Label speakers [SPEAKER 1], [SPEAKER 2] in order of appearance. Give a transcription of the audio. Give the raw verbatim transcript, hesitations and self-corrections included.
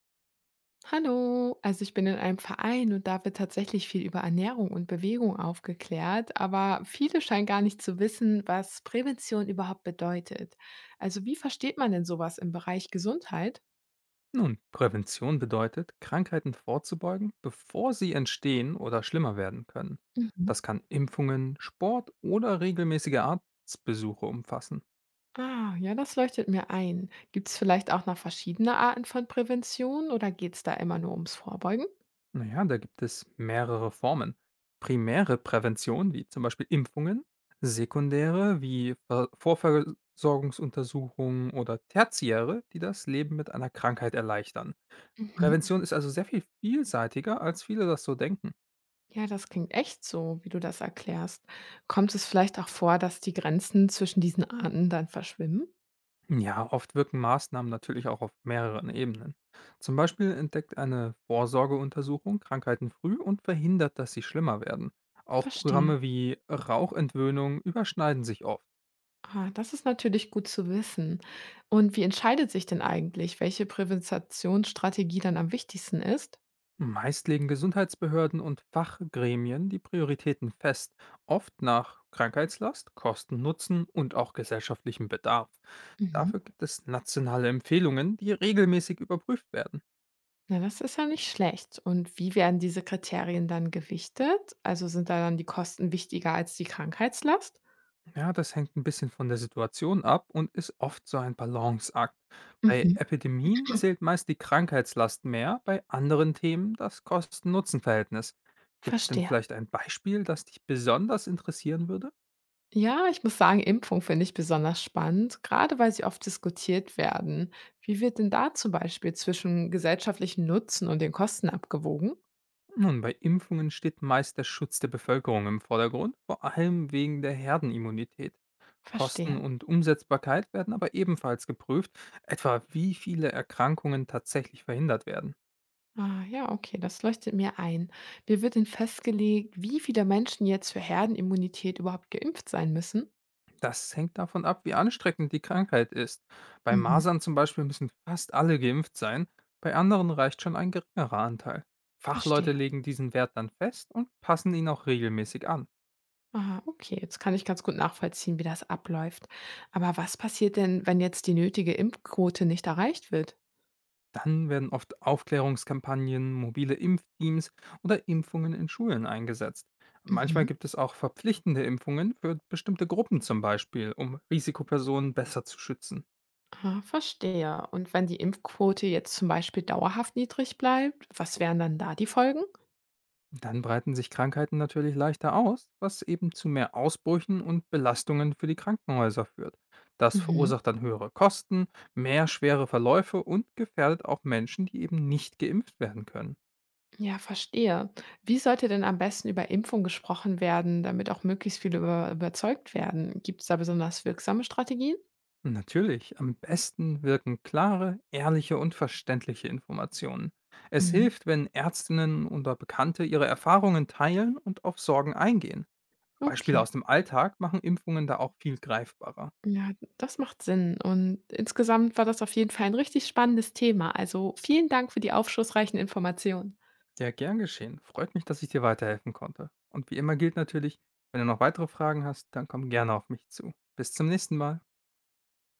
[SPEAKER 1] Hallo, also ich bin in einem Verein und da wird tatsächlich viel über Ernährung und Bewegung aufgeklärt, aber viele scheinen gar nicht zu wissen, was Prävention überhaupt bedeutet. Also wie versteht man denn sowas im Bereich Gesundheit?
[SPEAKER 2] Nun, Prävention bedeutet, Krankheiten vorzubeugen, bevor sie entstehen oder schlimmer werden können. Das
[SPEAKER 1] Mhm.
[SPEAKER 2] kann Impfungen, Sport oder regelmäßige Arztbesuche umfassen.
[SPEAKER 1] Ah, ja, das leuchtet mir ein. Gibt es vielleicht auch noch verschiedene Arten von Prävention oder geht es da immer nur ums Vorbeugen?
[SPEAKER 2] Naja, da gibt es mehrere Formen. Primäre Prävention, wie zum Beispiel Impfungen, sekundäre, wie Ver- Vorversorgungsuntersuchungen oder tertiäre, die das Leben mit einer Krankheit erleichtern.
[SPEAKER 1] Mhm.
[SPEAKER 2] Prävention ist also sehr viel vielseitiger, als viele das so denken.
[SPEAKER 1] Ja, das klingt echt so, wie du das erklärst. Kommt es vielleicht auch vor, dass die Grenzen zwischen diesen Arten dann verschwimmen?
[SPEAKER 2] Ja, oft wirken Maßnahmen natürlich auch auf mehreren Ebenen. Zum Beispiel entdeckt eine Vorsorgeuntersuchung Krankheiten früh und verhindert, dass sie schlimmer werden. Auch
[SPEAKER 1] Verstehe.
[SPEAKER 2] Programme wie Rauchentwöhnung überschneiden sich oft.
[SPEAKER 1] Ah, das ist natürlich gut zu wissen. Und wie entscheidet sich denn eigentlich, welche Präventationsstrategie dann am wichtigsten ist?
[SPEAKER 2] Meist legen Gesundheitsbehörden und Fachgremien die Prioritäten fest, oft nach Krankheitslast, Kosten, Nutzen und auch gesellschaftlichem Bedarf.
[SPEAKER 1] Mhm.
[SPEAKER 2] Dafür gibt es nationale Empfehlungen, die regelmäßig überprüft werden.
[SPEAKER 1] Na, das ist ja nicht schlecht. Und wie werden diese Kriterien dann gewichtet? Also sind da dann die Kosten wichtiger als die Krankheitslast?
[SPEAKER 2] Ja, das hängt ein bisschen von der Situation ab und ist oft so ein Balanceakt. Bei
[SPEAKER 1] Mhm.
[SPEAKER 2] Epidemien zählt meist die Krankheitslast mehr, bei anderen Themen das Kosten-Nutzen-Verhältnis. Gibt es denn
[SPEAKER 1] Verstehe.
[SPEAKER 2] vielleicht ein Beispiel, das dich besonders interessieren würde?
[SPEAKER 1] Ja, ich muss sagen, Impfung finde ich besonders spannend, gerade weil sie oft diskutiert werden. Wie wird denn da zum Beispiel zwischen gesellschaftlichen Nutzen und den Kosten abgewogen?
[SPEAKER 2] Nun, bei Impfungen steht meist der Schutz der Bevölkerung im Vordergrund, vor allem wegen der Herdenimmunität. Kosten
[SPEAKER 1] Verstehe.
[SPEAKER 2] und Umsetzbarkeit werden aber ebenfalls geprüft, etwa wie viele Erkrankungen tatsächlich verhindert werden.
[SPEAKER 1] Ah, ja, okay, das leuchtet mir ein. Mir wird denn festgelegt, wie viele Menschen jetzt für Herdenimmunität überhaupt geimpft sein müssen?
[SPEAKER 2] Das hängt davon ab, wie ansteckend die Krankheit ist. Bei
[SPEAKER 1] Mhm.
[SPEAKER 2] Masern zum Beispiel müssen fast alle geimpft sein, bei anderen reicht schon ein geringerer Anteil. Fachleute
[SPEAKER 1] Verstehe.
[SPEAKER 2] legen diesen Wert dann fest und passen ihn auch regelmäßig an.
[SPEAKER 1] Aha, okay, jetzt kann ich ganz gut nachvollziehen, wie das abläuft. Aber was passiert denn, wenn jetzt die nötige Impfquote nicht erreicht wird?
[SPEAKER 2] Dann werden oft Aufklärungskampagnen, mobile Impfteams oder Impfungen in Schulen eingesetzt. Manchmal
[SPEAKER 1] Mhm.
[SPEAKER 2] gibt es auch verpflichtende Impfungen für bestimmte Gruppen zum Beispiel, um Risikopersonen besser zu schützen.
[SPEAKER 1] Ah, verstehe. Und wenn die Impfquote jetzt zum Beispiel dauerhaft niedrig bleibt, was wären dann da die Folgen?
[SPEAKER 2] Dann breiten sich Krankheiten natürlich leichter aus, was eben zu mehr Ausbrüchen und Belastungen für die Krankenhäuser führt. Das
[SPEAKER 1] Mhm.
[SPEAKER 2] verursacht dann höhere Kosten, mehr schwere Verläufe und gefährdet auch Menschen, die eben nicht geimpft werden können.
[SPEAKER 1] Ja, verstehe. Wie sollte denn am besten über Impfung gesprochen werden, damit auch möglichst viele über überzeugt werden? Gibt es da besonders wirksame Strategien?
[SPEAKER 2] Natürlich, am besten wirken klare, ehrliche und verständliche Informationen. Es
[SPEAKER 1] Mhm.
[SPEAKER 2] hilft, wenn Ärztinnen oder Bekannte ihre Erfahrungen teilen und auf Sorgen eingehen. Beispiele
[SPEAKER 1] Okay.
[SPEAKER 2] aus dem Alltag machen Impfungen da auch viel greifbarer.
[SPEAKER 1] Ja, das macht Sinn. Und insgesamt war das auf jeden Fall ein richtig spannendes Thema. Also vielen Dank für die aufschlussreichen Informationen.
[SPEAKER 2] Ja, gern geschehen. Freut mich, dass ich dir weiterhelfen konnte. Und wie immer gilt natürlich, wenn du noch weitere Fragen hast, dann komm gerne auf mich zu. Bis zum nächsten Mal.